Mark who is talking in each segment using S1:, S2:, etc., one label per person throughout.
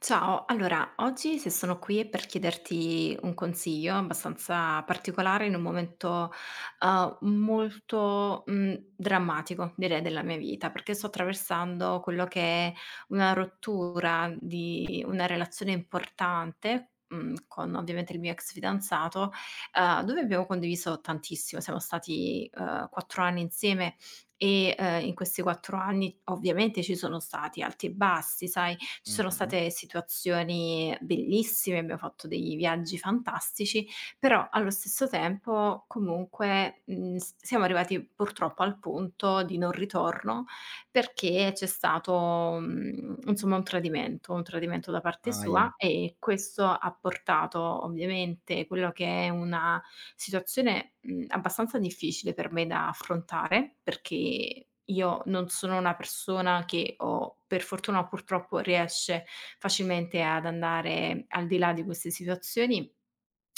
S1: Ciao, allora oggi se sono qui è per chiederti un consiglio abbastanza particolare in un momento, molto, drammatico direi della mia vita, perché sto attraversando quello che è una rottura di una relazione importante, con ovviamente il mio ex fidanzato, dove abbiamo condiviso tantissimo. Siamo stati, 4 anni insieme e, in questi 4 anni ovviamente ci sono stati alti e bassi, sai, ci sono
S2: Mh-mh.
S1: state situazioni bellissime, abbiamo fatto dei viaggi fantastici, però allo stesso tempo comunque, mhmm, s siamo arrivati purtroppo al punto di non ritorno perché c'è stato, insomma un tradimento da parte
S2: Ahia.
S1: sua e questo ha portato ovviamente quello che è una situazione, abbastanza difficile per me da affrontare, perché io non sono una persona che o per fortuna o purtroppo riesce facilmente ad andare al di là di queste situazioni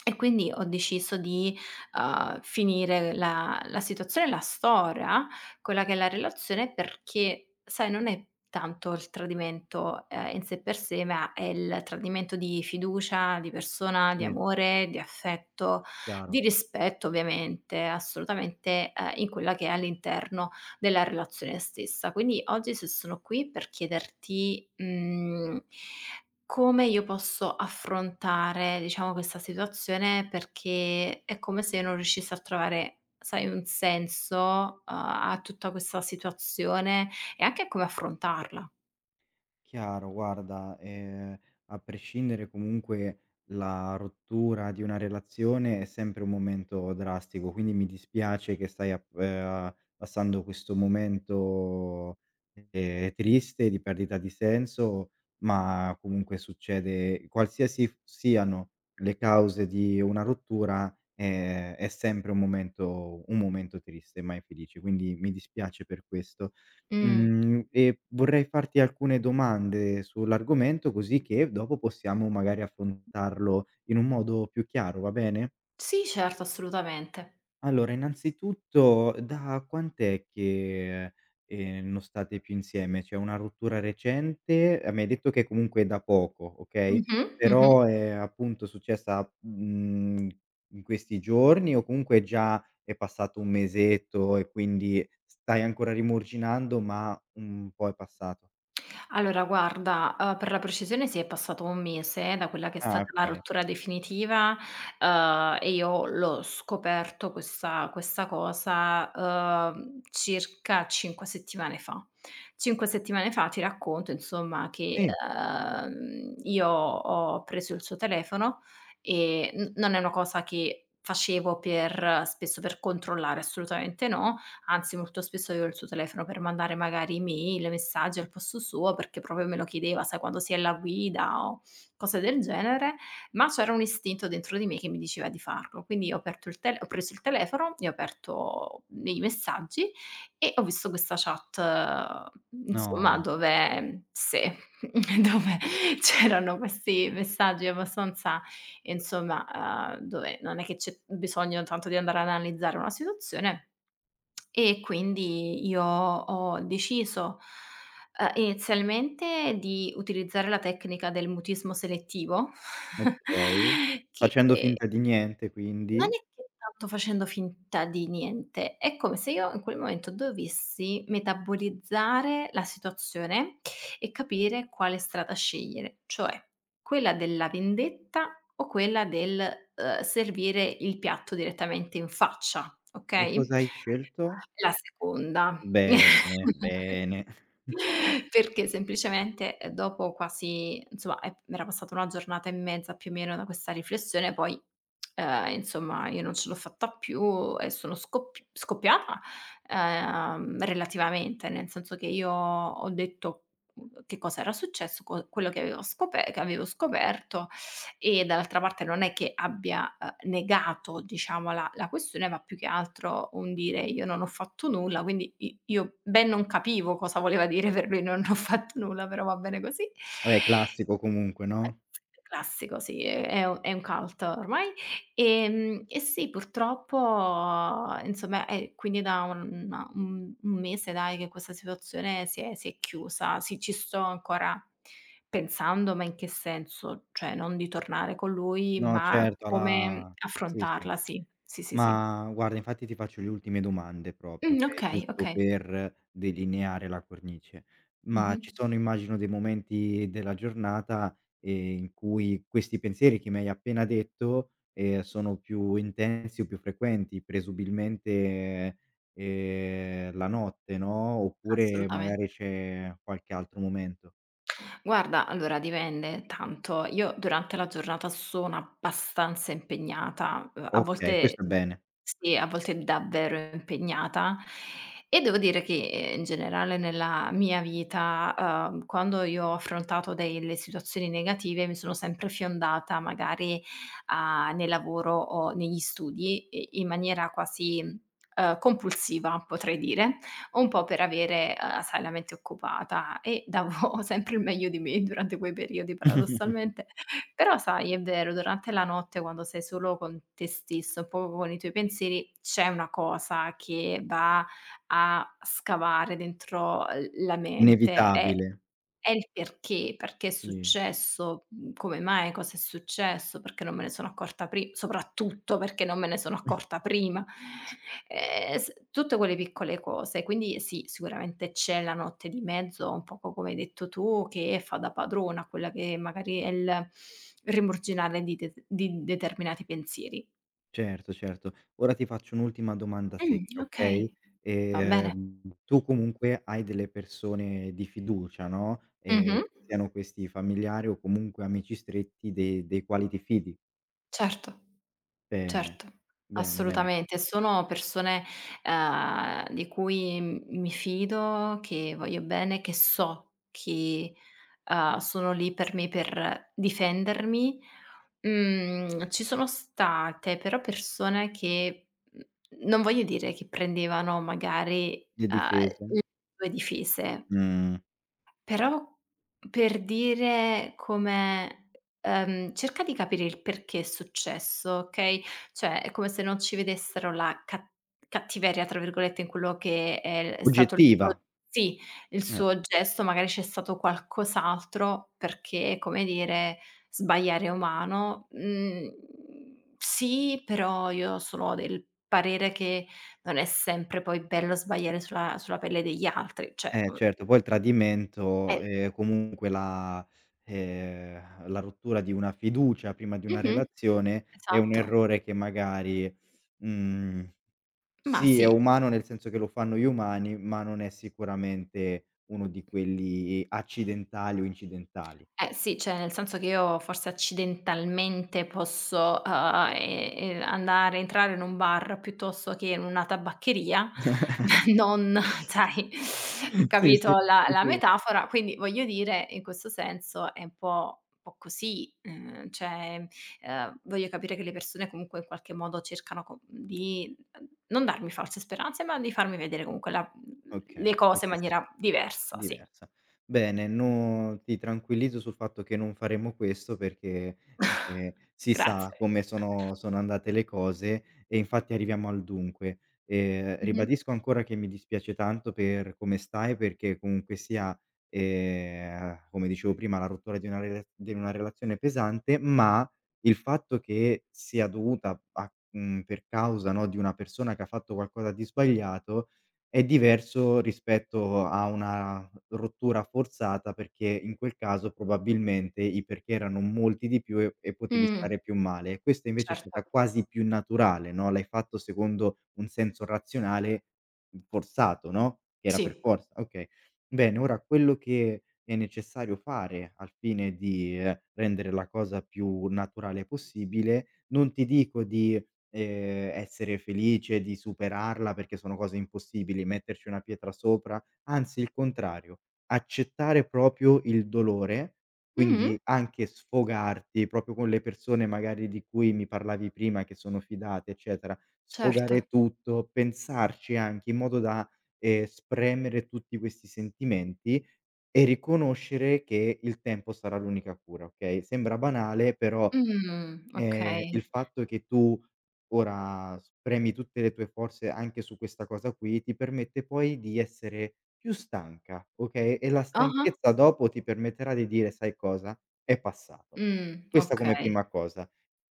S1: e quindi ho deciso di, finire la situazione e la storia quella che è la relazione perché, sai, non è tanto il tradimento, in sé per sé, ma è il tradimento di fiducia, di persona, di
S2: Sì,
S1: amore, di affetto,
S2: chiaro,
S1: di rispetto ovviamente, assolutamente, in quella che è all'interno della relazione stessa. Quindi oggi se sono qui per chiederti, mhmm come io posso affrontare, diciamo, questa situazione perché è come se io non riuscissi a trovare, sai, un senso a tutta questa situazione e anche a come affrontarla.
S2: chiaro. Guarda, a prescindere comunque la rottura di una relazione è sempre un momento drastico, quindi mi dispiace che stai a p passando questo momento triste, di perdita di senso, ma comunque succede qualsiasi f siano le cause di una rottura, è sempre un momento triste, mai felice. Quindi mi dispiace per questo.
S1: Mh.
S2: Mhmm, e vorrei farti alcune domande sull'argomento, così che dopo possiamo magari affrontarlo in un modo più chiaro, va bene?
S1: Sì certo, assolutamente.
S2: Allora, innanzitutto da quant'è che non state più insieme? C'è una rottura recente? Mi hai detto che comunque è da poco, okay,
S1: Mh-mh, mh-mh.
S2: però è appunto successa, mhmm, in questi giorni o comunque già è passato un mesetto e quindi stai ancora rimurginando, ma un po' è passato?
S1: Allora guarda, per la precisione sì, è passato 1 mese da quella che è
S2: Ah,
S1: stata la
S2: okay.
S1: rottura definitiva, e io l'ho scoperto questa cosa, circa 5 settimane fa. 5 settimane fa ti racconto insomma che,
S2: Sì.
S1: io ho preso il suo telefono e n non è una cosa che facevo per spesso per controllare, assolutamente no. Anzi, molto spesso avevo il suo telefono per mandare magari email, messaggi al posto suo, perché proprio me lo chiedeva, sai, quando si è alla guida o cose del genere, ma c'era un istinto dentro di me che mi diceva di farlo. Quindi ho aperto il tele ho preso il telefono, e ho aperto i messaggi e ho visto questa chat, insomma,
S2: No,
S1: dove sì, dove c'erano questi messaggi abbastanza, insomma, dove non è che c'è bisogno tanto di andare ad analizzare una situazione e quindi io ho deciso, inizialmente di utilizzare la tecnica del mutismo selettivo
S2: okay.
S1: che
S2: Facendo finta di niente
S1: non
S2: quindi.
S1: è che tanto facendo finta di niente, è come se io in quel momento dovessi metabolizzare la situazione e capire quale strada scegliere, cioè quella della vendetta o quella del, servire il piatto direttamente in faccia,
S2: E
S1: okay?
S2: cosa hai scelto?
S1: La seconda.
S2: Bene, bene.
S1: Perché semplicemente, dopo quasi insomma è era passata 1 giornata e mezza più o meno da questa riflessione, poi, insomma io non ce l'ho fatta più e sono scoppiata, relativamente, nel senso che io ho detto, che cosa era successo, co quello che avevo scope che avevo scoperto e dall'altra parte non è che abbia, negato diciamo la questione, ma più che altro un dire: "Io non ho fatto nulla", quindi i io ben non capivo cosa voleva dire per lui non ho fatto nulla, però va bene così.
S2: Vabbè classico comunque, no.
S1: Classico, sì, è un cult ormai. Sì, purtroppo insomma è quindi da un no, un mese dai che questa situazione si è chiusa. Sì, ci sto ancora pensando, ma in che senso? Cioè non di tornare con lui,
S2: No,
S1: ma
S2: certo,
S1: come
S2: la sì, sì.
S1: affrontarla, sì. Sì, sì, sì.
S2: Ma guarda, infatti ti faccio le ultime domande proprio, okay,
S1: Okay,
S2: giusto
S1: okay.
S2: per delineare la cornice. Ma
S1: Mh-mh.
S2: ci sono, immagino, dei momenti della giornata, in cui questi pensieri che mi hai appena detto, sono più intensi o più frequenti, presumibilmente, la notte, no, oppure
S1: Assolutamen
S2: magari c'è qualche altro momento.
S1: Guarda, allora dipende tanto. Io durante la giornata sono abbastanza impegnata, a
S2: Okay,
S1: volte
S2: questo è bene.
S1: sì, a volte davvero impegnata e devo dire che, in generale nella mia vita, quando io ho affrontato delle situazioni negative mi sono sempre fiondata magari a nel lavoro o negli studi i in maniera quasi, compulsiva potrei dire. Un po' per avere, sai, la mente occupata e davo sempre il meglio di me durante quei periodi paradossalmente, però sai è vero, durante la notte quando sei solo con te stesso, un po' con i tuoi pensieri, c'è una cosa che va a scavare dentro l la mente,
S2: Inevitabile,
S1: è il perché, perché è
S2: sì.
S1: successo, come mai, cosa è successo, perché non me ne sono accorta pri soprattutto perché non me ne sono accorta prima. S tutte quelle piccole cose, quindi sì, sicuramente c'è la notte di mezzo, un poco come hai detto tu, che fa da padrona, quella che magari è il rimuginare di det di determinati pensieri.
S2: Certo, certo. Ora ti faccio un'ultima domanda secca, okay,
S1: Okay. Va bene?
S2: tu comunque hai delle persone di fiducia, no,
S1: Mh-mh.
S2: che siano questi familiari o comunque amici stretti de dei quali ti fidi.
S1: Certo,
S2: Bene,
S1: certo.
S2: bene, bene.
S1: Assolutamente, sono persone, di cui m mi fido, che voglio bene, che so che, sono lì per me per difendermi. Ci sono state però persone che non voglio dire che prendevano magari,
S2: Le difese?
S1: le tue difese,
S2: Mh,
S1: però per dire come cerca di capire il perché è successo, okay, cioè è come se non ci vedessero la ca "cattiveria" tra virgolette in quello che è stato il suo
S2: oggettiva.
S1: sì, il
S2: Eh,
S1: suo gesto, magari c'è stato qualcos'altro perché, come dire, sbagliare è umano. Mhmm, sì, però io sono del parere che non è sempre poi bello sbagliare sulla pelle degli altri, cioè,
S2: eh certo, poi il tradimento,
S1: eh
S2: comunque la la rottura di una fiducia prima di una
S1: mh-mh.
S2: relazione è un
S1: Esatto.
S2: errore che magari, mhmm.
S1: Ma
S2: Sì, è
S1: sì.
S2: umano nel senso che lo fanno gli umani, ma non è sicuramente uno di quelli accidentali o incidentali.
S1: Eh sì, cioè nel senso che io forse accidentalmente posso, andare entrare in un bar piuttosto che in una tabaccheria, non sai,
S2: Sì, sì,
S1: capito la
S2: sì,
S1: la
S2: sì.
S1: metafora? Quindi voglio dire, in questo senso è un po' così, cioè, voglio capire che le persone comunque in qualche modo cercano co di non darmi false speranze, ma di farmi vedere comunque la le
S2: Okay. Sì,
S1: cose in
S2: sì, sì,
S1: maniera
S2: sì.
S1: diversa, sì.
S2: Diversa. Bene, no, ti tranquillizzo sul fatto che non faremo questo perché, si sa
S1: Grazie.
S2: come sono andate le cose e infatti arriviamo al dunque.
S1: Mh-mh.
S2: Ribadisco ancora che mi dispiace tanto per come stai perché comunque sia, come dicevo prima, la rottura di una relazione pesante, ma il fatto che sia dovuta a mhmm, per causa, no, di una persona che ha fatto qualcosa di sbagliato è diverso rispetto a una rottura forzata, perché in quel caso probabilmente i perché erano molti di più e potevi
S1: Mh.
S2: stare più male. Questa invece è
S1: Certo.
S2: stata quasi più naturale, no, l'hai fatto secondo un senso razionale, mhmm, forzato, no, che era per
S1: Sì.
S2: forza. Okay. Bene, ora quello che è necessario fare al fine di, rendere la cosa più naturale possibile, non ti dico di, essere felice, di superarla perché sono cose impossibili, metterci una pietra sopra, anzi il contrario. Accettare proprio il dolore,
S1: Mh-mh.
S2: quindi anche sfogarti proprio con le persone magari di cui mi parlavi prima, che sono fidate, eccetera,
S1: Certo.
S2: sfogare tutto, pensarci anche in modo da, spremere tutti questi sentimenti e riconoscere che il tempo sarà l'unica cura, okay, sembra banale però. Il
S1: Okay.
S2: fatto che tu ora spremi tutte le tue forze anche su questa cosa qui, ti permette poi di essere più stanca, okay, e la
S1: Ah-ah.
S2: stanchezza dopo ti permetterà di dire: "Sai cosa? È passato." Questa come
S1: Okay.
S2: prima cosa,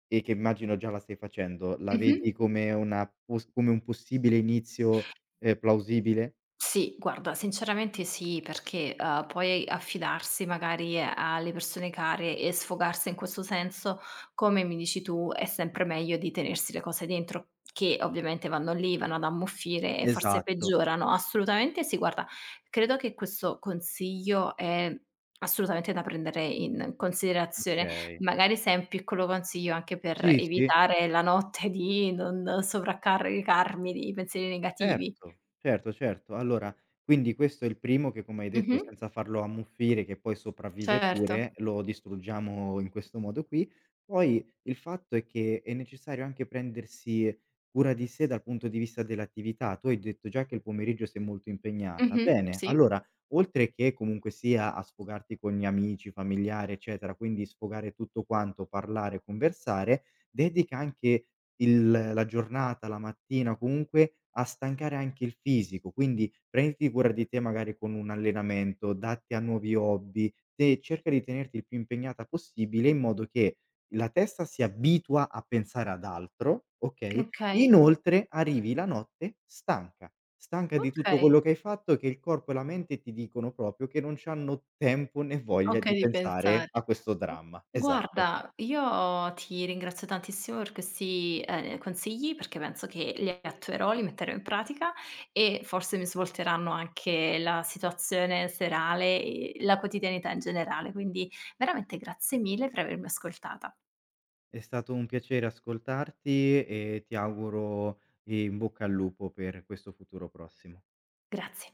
S2: e che immagino già la stai facendo. La
S1: Mh-mh.
S2: vedi come una pos come un possibile inizio, plausibile?
S1: Sì, guarda, sinceramente sì, perché, poi affidarsi magari alle persone care e sfogarsi in questo senso, come mi dici tu, è sempre meglio di tenersi le cose dentro, che ovviamente vanno lì, vanno ad ammuffire e forse
S2: Esatto.
S1: peggiorano. Assolutamente sì, guarda, credo che questo consiglio è assolutamente da prendere in considerazione.
S2: Okay.
S1: Magari se è un piccolo consiglio anche per
S2: Sì, sì.
S1: evitare la notte di non sovraccaricarmi di pensieri negativi.
S2: Certo, certo, certo. Allora, quindi questo è il primo che, come hai detto,
S1: Mh-mh.
S2: senza farlo ammuffire, che poi sopravvive
S1: Certo.
S2: pure, lo distruggiamo in questo modo qui. Poi il fatto è che è necessario anche prendersi cura di sé dal punto di vista dell'attività. Tu hai detto già che il pomeriggio sei molto impegnata.
S1: Mh-mh.
S2: Bene,
S1: Sì.
S2: allora, oltre che comunque sia a sfogarti con gli amici, familiari, eccetera, quindi sfogare tutto quanto, parlare, conversare, dedica anche il la giornata, la mattina o comunque a stancare anche il fisico. Quindi prenditi cura di te magari con un allenamento, datti a nuovi hobby e cerca di tenerti il più impegnata possibile in modo che la testa si abitua a pensare ad altro, okay,
S1: Okay.
S2: inoltre arrivi la notte stanca, stanca di tutto
S1: Okay.
S2: quello che hai fatto, che il corpo e la mente ti dicono proprio che non c'hanno tempo né voglia
S1: Okay
S2: di
S1: di
S2: pensare
S1: pensare.
S2: a questo dramma. Esatto.
S1: Guarda, io ti ringrazio tantissimo per questi, consigli perché penso che li attuerò, li metterò in pratica e forse mi svolteranno anche la situazione serale e la quotidianità in generale. Quindi veramente grazie mille per avermi ascoltata.
S2: È stato un piacere ascoltarti e ti auguro in bocca al lupo per questo futuro prossimo.
S1: Grazie.